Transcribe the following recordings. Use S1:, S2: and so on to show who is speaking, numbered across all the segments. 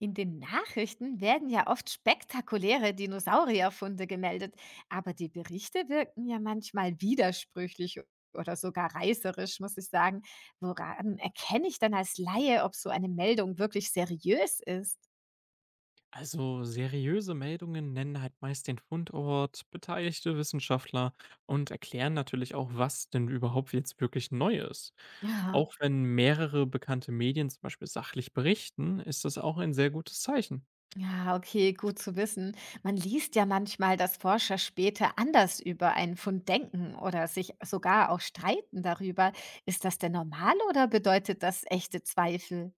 S1: In den Nachrichten werden ja oft spektakuläre Dinosaurierfunde gemeldet, aber die Berichte wirken ja manchmal widersprüchlich oder sogar reißerisch, muss ich sagen. Woran erkenne ich dann als Laie, ob so eine Meldung wirklich seriös ist?
S2: Also seriöse Meldungen nennen halt meist den Fundort, beteiligte Wissenschaftler und erklären natürlich auch, was denn überhaupt jetzt wirklich neu ist.
S1: Ja,
S2: Auch wenn mehrere bekannte Medien zum Beispiel sachlich berichten, ist das auch ein sehr gutes Zeichen.
S1: ja, okay, gut zu wissen. Man liest ja manchmal, dass Forscher später anders über einen Fund denken oder sich sogar auch streiten darüber. Ist das denn normal oder bedeutet das echte Zweifel?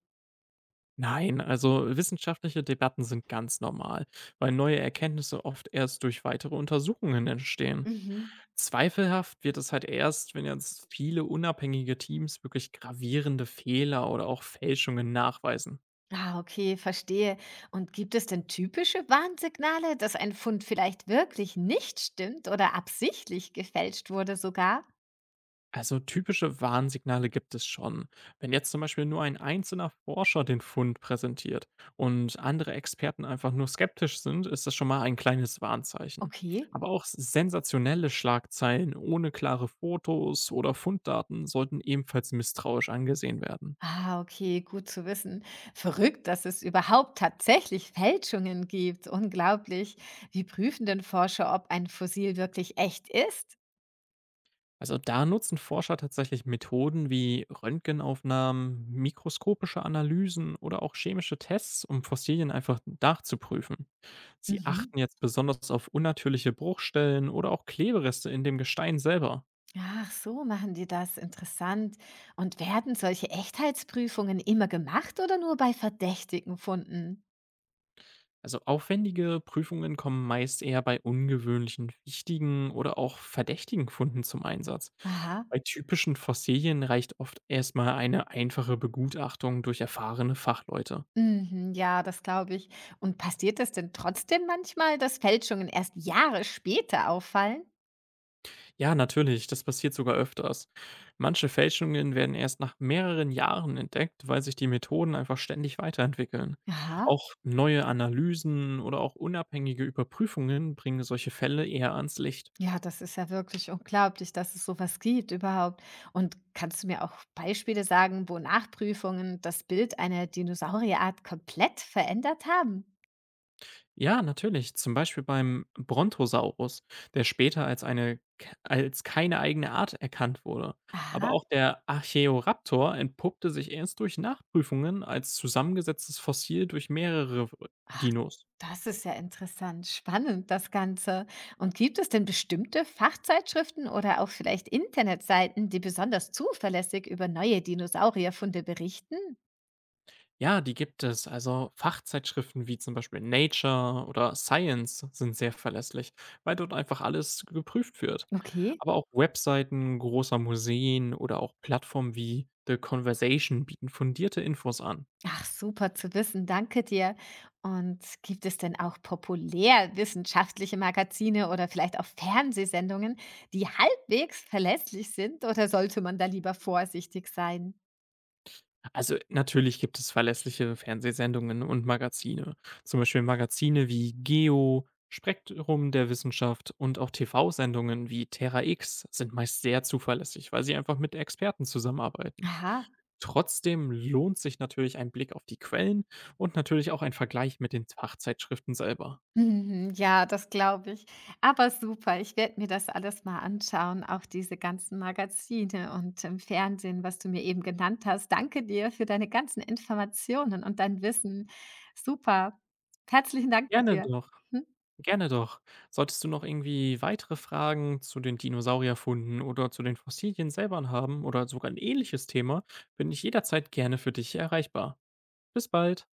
S2: Nein, also wissenschaftliche Debatten sind ganz normal, weil neue Erkenntnisse oft erst durch weitere Untersuchungen entstehen.
S1: Mhm.
S2: Zweifelhaft wird es halt erst, wenn jetzt viele unabhängige Teams wirklich gravierende Fehler oder auch Fälschungen nachweisen.
S1: Ah, okay, verstehe. Und gibt es denn typische Warnsignale, dass ein Fund vielleicht wirklich nicht stimmt oder absichtlich gefälscht wurde sogar?
S2: Also typische Warnsignale gibt es schon. Wenn jetzt zum Beispiel nur ein einzelner Forscher den Fund präsentiert und andere Experten einfach nur skeptisch sind, ist das schon mal ein kleines Warnzeichen.
S1: Okay.
S2: Aber auch sensationelle Schlagzeilen ohne klare Fotos oder Funddaten sollten ebenfalls misstrauisch angesehen werden.
S1: Ah, okay, gut zu wissen. Verrückt, dass es überhaupt tatsächlich Fälschungen gibt. Unglaublich. Wie prüfen denn Forscher, ob ein Fossil wirklich echt ist?
S2: Also da nutzen Forscher tatsächlich Methoden wie Röntgenaufnahmen, mikroskopische Analysen oder auch chemische Tests, um Fossilien einfach nachzuprüfen. Sie
S1: Mhm.
S2: achten jetzt besonders auf unnatürliche Bruchstellen oder auch Klebereste in dem Gestein selber.
S1: Ach, so machen die das. Interessant. Und werden solche Echtheitsprüfungen immer gemacht oder nur bei verdächtigen Funden?
S2: Also aufwendige Prüfungen kommen meist eher bei ungewöhnlichen, wichtigen oder auch verdächtigen Funden zum Einsatz.
S1: Aha.
S2: Bei typischen Fossilien reicht oft erstmal eine einfache Begutachtung durch erfahrene Fachleute.
S1: Mhm, ja, das glaube ich. Und passiert es denn trotzdem manchmal, dass Fälschungen erst Jahre später auffallen?
S2: Ja, natürlich, das passiert sogar öfters. Manche Fälschungen werden erst nach mehreren Jahren entdeckt, weil sich die Methoden einfach ständig weiterentwickeln.
S1: Aha.
S2: Auch neue Analysen oder auch unabhängige Überprüfungen bringen solche Fälle eher ans Licht.
S1: Ja, das ist ja wirklich unglaublich, dass es sowas gibt überhaupt. Und kannst du mir auch Beispiele sagen, wo Nachprüfungen das Bild einer Dinosaurierart komplett verändert haben?
S2: Ja, natürlich, zum Beispiel beim Brontosaurus, der später als keine eigene Art erkannt wurde. Aber
S1: Aha.
S2: auch der Archaeoraptor entpuppte sich erst durch Nachprüfungen als zusammengesetztes Fossil durch mehrere Dinos.
S1: Das ist ja interessant, spannend das Ganze. Und gibt es denn bestimmte Fachzeitschriften oder auch vielleicht Internetseiten, die besonders zuverlässig über neue Dinosaurierfunde berichten?
S2: Ja, die gibt es. Also Fachzeitschriften wie zum Beispiel Nature oder Science sind sehr verlässlich, weil dort einfach alles geprüft wird.
S1: Okay.
S2: Aber auch Webseiten großer Museen oder auch Plattformen wie The Conversation bieten fundierte Infos an.
S1: Ach, super zu wissen, danke dir. Und gibt es denn auch populärwissenschaftliche Magazine oder vielleicht auch Fernsehsendungen, die halbwegs verlässlich sind oder sollte man da lieber vorsichtig sein?
S2: Also natürlich gibt es verlässliche Fernsehsendungen und Magazine. Zum Beispiel Magazine wie Geo, Spektrum der Wissenschaft und auch TV-Sendungen wie Terra X sind meist sehr zuverlässig, weil sie einfach mit Experten zusammenarbeiten.
S1: Aha.
S2: Trotzdem lohnt sich natürlich ein Blick auf die Quellen und natürlich auch ein Vergleich mit den Fachzeitschriften selber.
S1: Mhm, ja, das glaube ich. Aber super, ich werde mir das alles mal anschauen, auch diese ganzen Magazine und im Fernsehen, was du mir eben genannt hast. Danke dir für deine ganzen Informationen und dein Wissen. Super. Herzlichen Dank
S2: Gerne
S1: dafür.
S2: doch,
S1: Hm.
S2: gerne doch. Solltest du noch irgendwie weitere Fragen zu den Dinosaurierfunden oder zu den Fossilien selber haben oder sogar ein ähnliches Thema, bin ich jederzeit gerne für dich erreichbar. Bis bald.